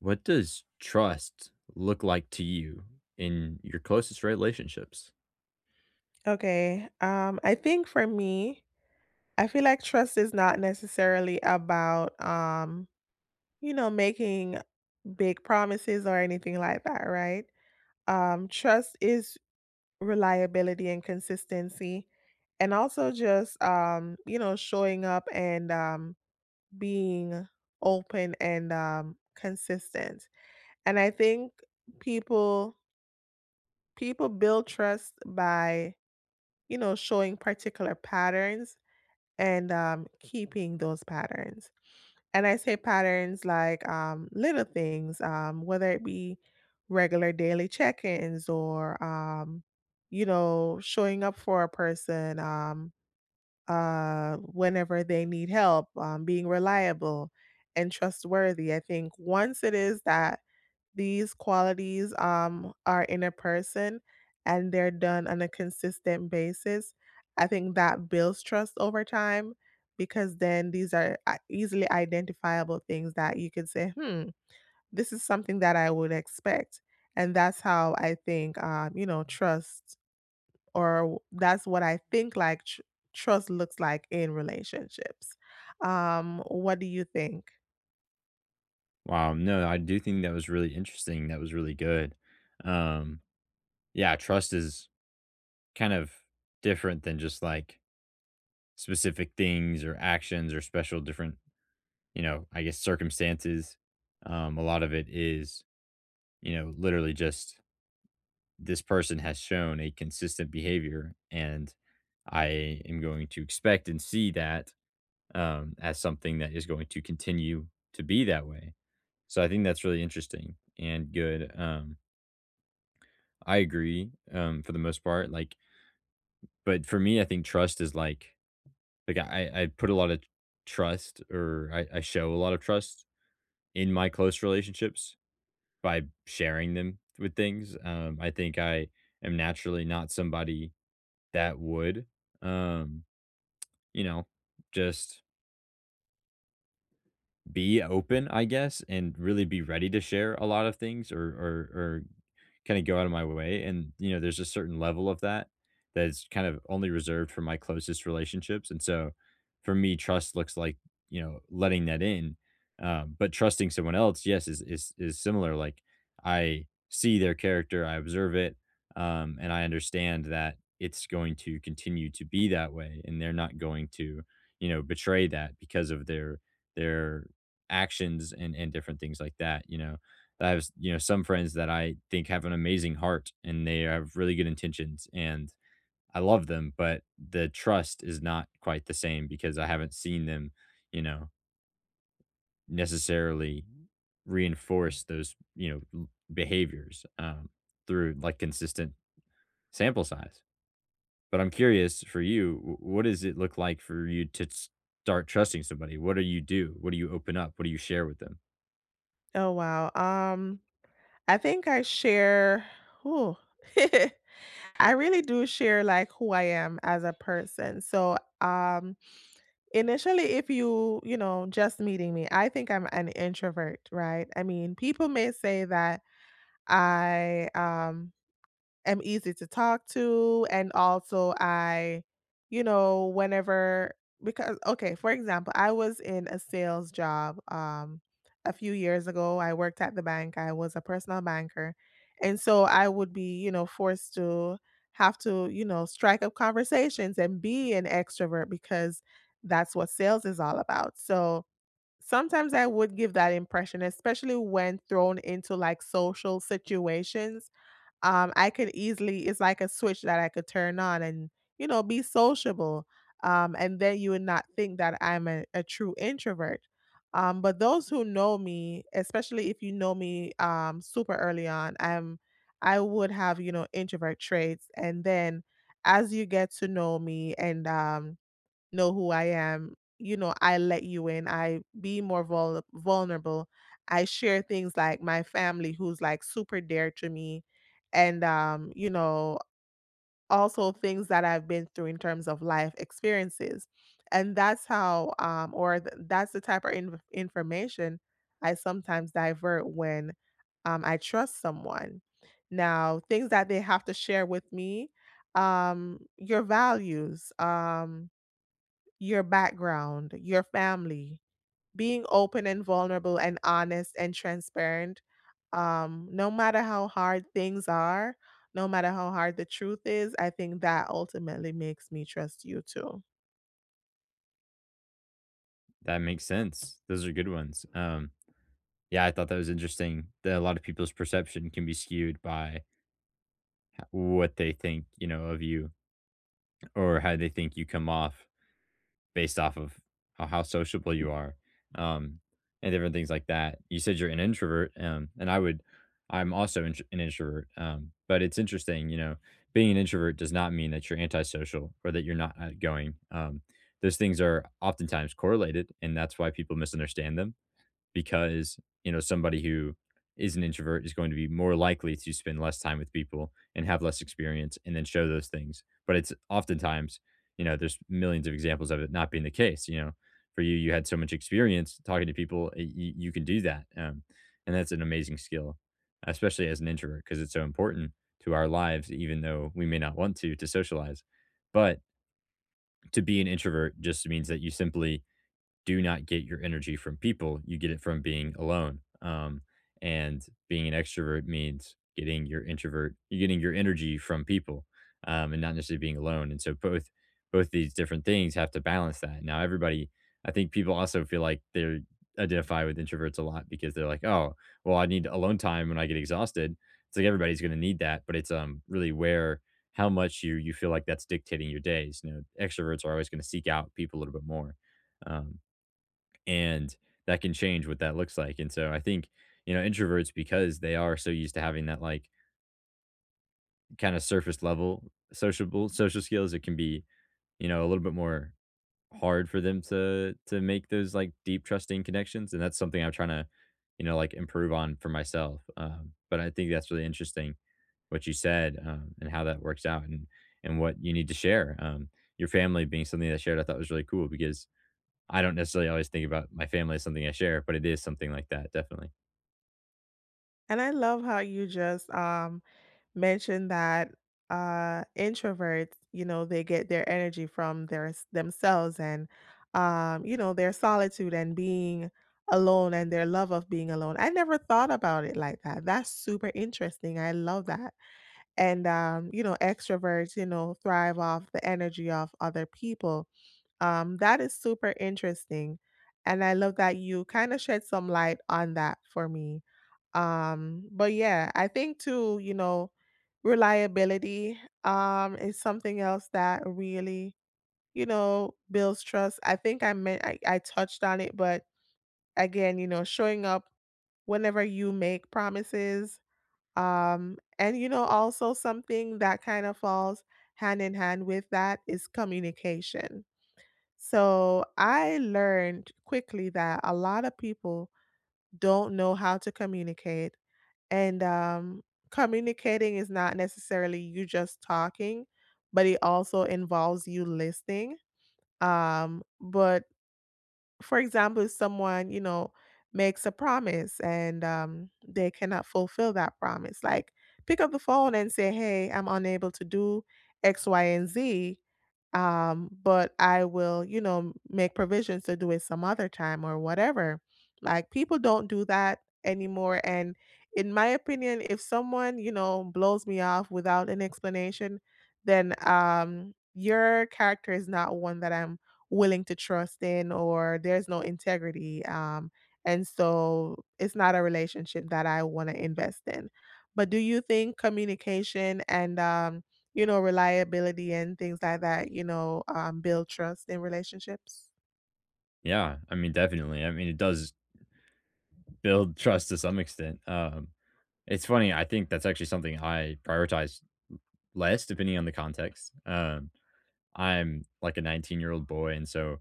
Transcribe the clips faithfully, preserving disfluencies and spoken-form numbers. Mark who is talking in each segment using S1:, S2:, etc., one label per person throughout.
S1: What does trust look like to you in your closest relationships?
S2: Okay. Um, I think for me, I feel like trust is not necessarily about um, you know, making big promises or anything like that, right? Um, trust is reliability and consistency, and also just um, you know, showing up and um being open and um consistent. And I think people people build trust by, you know, showing particular patterns and um, keeping those patterns. And I say patterns like um, little things, um, whether it be regular daily check ins, or, um, you know, showing up for a person um, uh, whenever they need help, um, being reliable and trustworthy. I think once it is that these qualities um, are in a person and they're done on a consistent basis. I think that builds trust over time, because then these are i- easily identifiable things that you could say, hmm, this is something that I would expect. And that's how I think, um, you know, trust, or w- that's what I think like tr- trust looks like in relationships. Um, what do you think?
S1: Wow, no, I do think that was really interesting. That was really good. Um, yeah, trust is kind of different than just like specific things or actions or special different, you know, I guess circumstances. Um, a lot of it is, you know, literally just this person has shown a consistent behavior and I am going to expect and see that um, as something that is going to continue to be that way. So I think that's really interesting and good. Um, I agree, um, for the most part. Like, but for me, I think trust is like like I I put a lot of trust or I, I show a lot of trust in my close relationships by sharing them with things. Um, I think I am naturally not somebody that would um, you know just be open, I guess, and really be ready to share a lot of things or or or kinda go out of my way, and, you know, there's a certain level of that that is kind of only reserved for my closest relationships, and so, for me, trust looks like, you know, letting that in, um, but trusting someone else, yes, is is is similar, like, I see their character, I observe it, um, and I understand that it's going to continue to be that way, and they're not going to, you know, betray that because of their their actions and and different things like that, you know? I have, you know, some friends that I think have an amazing heart and they have really good intentions and I love them, but the trust is not quite the same because I haven't seen them, you know, necessarily reinforce those, you know, l- behaviors, um, through like consistent sample size. But I'm curious for you, wh- what does it look like for you to s- start trusting somebody? What do you do? What do you open up? What do you share with them?
S2: Oh, wow. Um, I think I share ooh, I really do share, like, who I am as a person. So, um, initially, if you, you know, just meeting me, I think I'm an introvert, right? I mean, people may say that I, um am easy to talk to, and also I, you know, whenever because okay, for example, I was in a sales job um a few years ago. I worked at the bank. I was a personal banker. And so I would be, you know, forced to have to, you know, strike up conversations and be an extrovert because that's what sales is all about. So sometimes I would give that impression, especially when thrown into like social situations. um, I could easily it's like a switch that I could turn on and, you know, be sociable. Um, and then you would not think that I'm a, a true introvert. Um, but those who know me, especially if you know me um, super early on, I'm I would have, you know, introvert traits. And then as you get to know me and um, know who I am. You know, I let you in. I be more vul- vulnerable. I share things like my family, who's like super dear to me, and um, you know, also things that I've been through in terms of life experiences, and that's how, um, or th- that's the type of inf- information I sometimes divert when um, I trust someone. Now, things that they have to share with me, um, your values. Um, your background, your family, being open and vulnerable and honest and transparent. Um, no matter how hard things are, no matter how hard the truth is, I think that ultimately makes me trust you too.
S1: That makes sense. Those are good ones. Um, Yeah, I thought that was interesting that a lot of people's perception can be skewed by what they think, you know, of you or how they think you come off based off of how, how sociable you are, um, and different things like that. You said you're an introvert, um, and I would, I'm also intr- an introvert, um, but it's interesting, you know, being an introvert does not mean that you're antisocial or that you're not outgoing. Um, those things are oftentimes correlated, and that's why people misunderstand them because, you know, somebody who is an introvert is going to be more likely to spend less time with people and have less experience and then show those things. But it's oftentimes, you know, there's millions of examples of it not being the case. You know, for you, you had so much experience talking to people, you, you can do that. Um, and that's an amazing skill, especially as an introvert, because it's so important to our lives, even though we may not want to, to socialize. But to be an introvert just means that you simply do not get your energy from people, you get it from being alone. Um, and being an extrovert means getting your introvert you're getting your energy from people, um, and not necessarily being alone. And so both both these different things have to balance that. Now everybody I think people also feel like they're identify with introverts a lot because they're like, "Oh, well, I need alone time when I get exhausted." It's like everybody's going to need that, but it's um really where how much you you feel like that's dictating your days. You know, extroverts are always going to seek out people a little bit more. Um, and that can change what that looks like. And so I think, you know, introverts because they are so used to having that like kind of surface level sociable social skills, it can be, you know, a little bit more hard for them to to make those like deep trusting connections. And that's something I'm trying to, you know, like improve on for myself. Um, but I think that's really interesting what you said, um, and how that works out and and what you need to share. Um, your family being something that's shared, I thought was really cool because I don't necessarily always think about my family as something I share, but it is something like that, definitely.
S2: And I love how you just um mentioned that uh introverts, you know, they get their energy from their s- themselves and um, you know, their solitude and being alone and their love of being alone. I never thought about it like that. That's super interesting. I love that. And um, you know, extroverts, you know, thrive off the energy of other people. Um, that is super interesting, and I love that you kinda shed some light on that for me. Um, but yeah, I think too, you know, reliability, um, is something else that really, you know, builds trust. I think I meant I I touched on it, but again, you know, showing up whenever you make promises, um, and, you know, also something that kind of falls hand in hand with that is communication. So I learned quickly that a lot of people don't know how to communicate. And um, communicating is not necessarily you just talking, but it also involves you listening. Um, but for example, if someone, you know, makes a promise and um, they cannot fulfill that promise, like pick up the phone and say, hey, I'm unable to do X, Y, and Z, um, but I will, you know, make provisions to do it some other time or whatever. Like people don't do that anymore. And in my opinion, if someone, you know, blows me off without an explanation, then um your character is not one that I'm willing to trust in, or there's no integrity. Um and so it's not a relationship that I want to invest in. But do you think communication and um you know, reliability and things like that, you know, um, build trust in relationships?
S1: Yeah, I mean, definitely. I mean, it does build trust to some extent. Um, it's funny. I think that's actually something I prioritize less depending on the context. Um, I'm like a nineteen year old boy, and so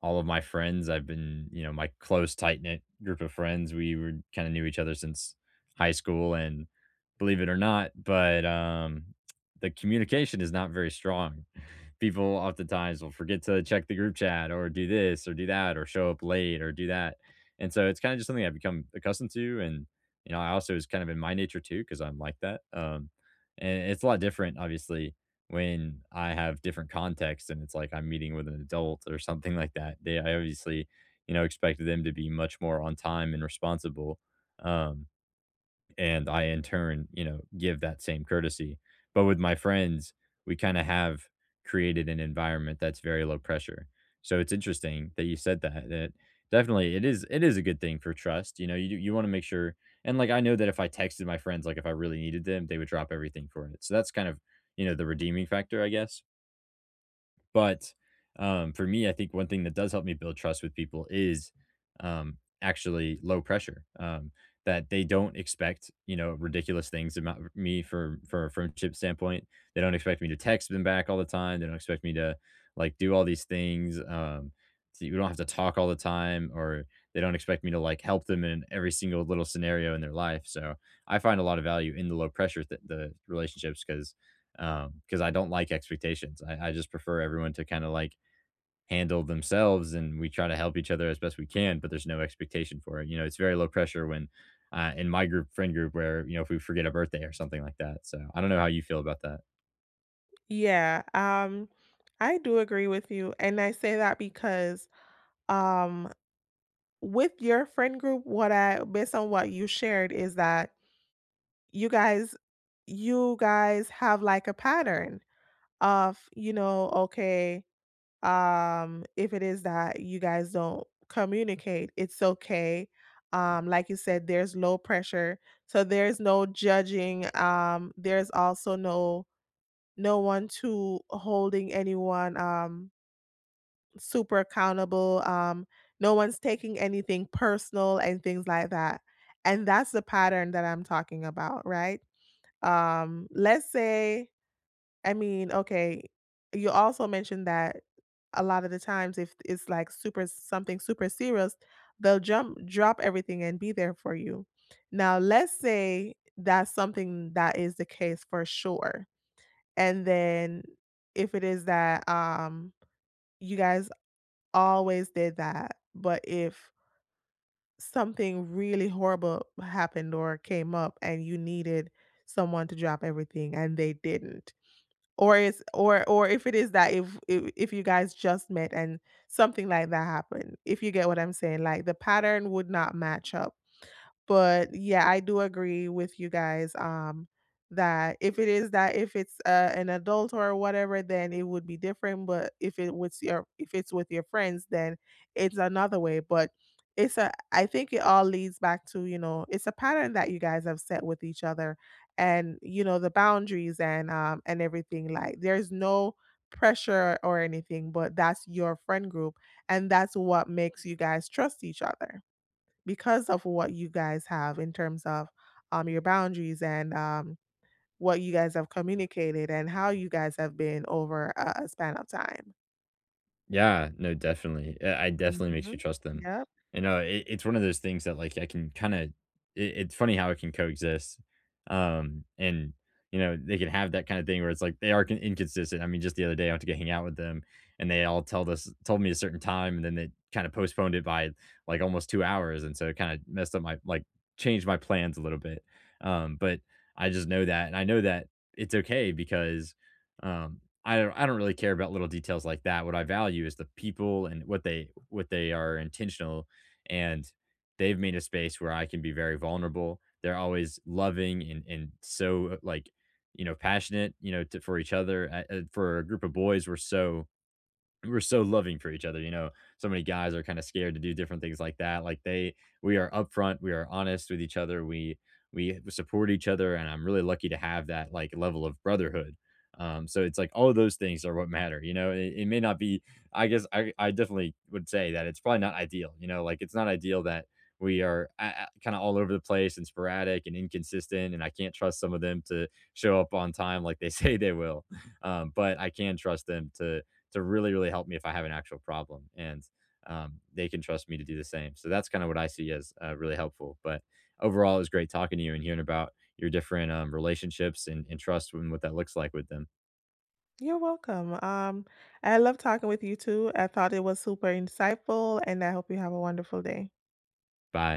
S1: all of my friends, I've been, you know, my close, tight knit group of friends, we were kind of knew each other since high school, and believe it or not, but um, the communication is not very strong people oftentimes will forget to check the group chat or do this or do that or show up late or do that. And so it's kind of just something I've become accustomed to. And, you know, I also is kind of in my nature too, because I'm like that. Um, and it's a lot different, obviously, when I have different contexts and it's like I'm meeting with an adult or something like that. They, I obviously, you know, expected them to be much more on time and responsible. Um, and I in turn, you know, give that same courtesy. But with my friends, we kind of have created an environment that's very low pressure. So it's interesting that you said that. That definitely it is it is a good thing for trust. You know, you you want to make sure and like I know that if I texted my friends like if I really needed them, they would drop everything for it. So that's kind of, you know, the redeeming factor, I guess. But, um, for me, I think one thing that does help me build trust with people is, um, actually low pressure, um, that they don't expect, you know, ridiculous things about me for for a friendship standpoint. They don't expect me to text them back all the time. They don't expect me to, like, do all these things, um, so you don't have to talk all the time, or they don't expect me to, like, help them in every single little scenario in their life, so I find a lot of value in the low pressure th the relationships because um, because I don't like expectations. I, I just prefer everyone to kind of like handle themselves, and we try to help each other as best we can. But there's no expectation for it. You know, it's very low pressure when uh, in my group, friend group, where you know if we forget a birthday or something like that. So I don't know how you feel about that.
S2: Yeah, um, I do agree with you. And I say that because um, with your friend group, what I, based on what you shared, is that you guys, you guys have like a pattern of, you know, okay, um if it is that you guys don't communicate, it's okay, um like you said, there's low pressure, so there's no judging, um there's also no no one to holding anyone, um super accountable, um no one's taking anything personal and things like that, and that's the pattern that I'm talking about, right? Um let's say I mean, okay, you also mentioned that a lot of the times if it's like super something super serious, they'll jump drop everything and be there for you. Now, let's say that's something that is the case for sure. And then if it is that um you guys always did that, but if something really horrible happened or came up and you needed someone to drop everything and they didn't, or is or or if it is that if if if you guys just met and something like that happened, if you get what I'm saying, like the pattern would not match up. But yeah, I do agree with you guys, um, that if it is that if it's, uh, an adult or whatever, then it would be different, but if it with your if it's with your friends, then it's another way, but it's a I think it all leads back to, you know, it's a pattern that you guys have set with each other, and, you know, the boundaries, and, um, and everything, like, there's no pressure or anything, but that's your friend group, and that's what makes you guys trust each other because of what you guys have in terms of um, your boundaries and um, what you guys have communicated and how you guys have been over a, a span of time.
S1: Yeah, no, definitely. Uh, I definitely makes you
S2: Hmm.
S1: trust them.
S2: Yep.
S1: You know, it, it's one of those things that like I can kind of. It, it's funny how it can coexist, um, and you know they can have that kind of thing where it's like they are con- inconsistent. I mean, just the other day I went to go hang out with them, and they all told us told me a certain time, and then they kind of postponed it by like almost two hours, and so it kind of messed up my like changed my plans a little bit. Um, but I just know that, and I know that it's okay because um, I don't I don't really care about little details like that. What I value is the people and what they what they are intentional and they've made a space where I can be very vulnerable. They're always loving and and so like, you know, passionate, you know, to, for each other. Uh, uh, for a group of boys, we're so we're so loving for each other. You know, so many guys are kind of scared to do different things like that. Like they, we are upfront, we are honest with each other, we we support each other, and I'm really lucky to have that like level of brotherhood. Um, so it's like all of those things are what matter. You know, it, it may not be. I guess I I definitely would say that it's probably not ideal. You know, like it's not ideal that we are kind of all over the place and sporadic and inconsistent and I can't trust some of them to show up on time like they say they will, um, but I can trust them to to really, really help me if I have an actual problem. And um, they can trust me to do the same. So that's kind of what I see as, uh, really helpful. But overall, it was great talking to you and hearing about your different, um, relationships and, and trust and what that looks like with them.
S2: You're welcome. Um, I love talking with you too. I thought it was super insightful, and I hope you have a wonderful day.
S1: Bye.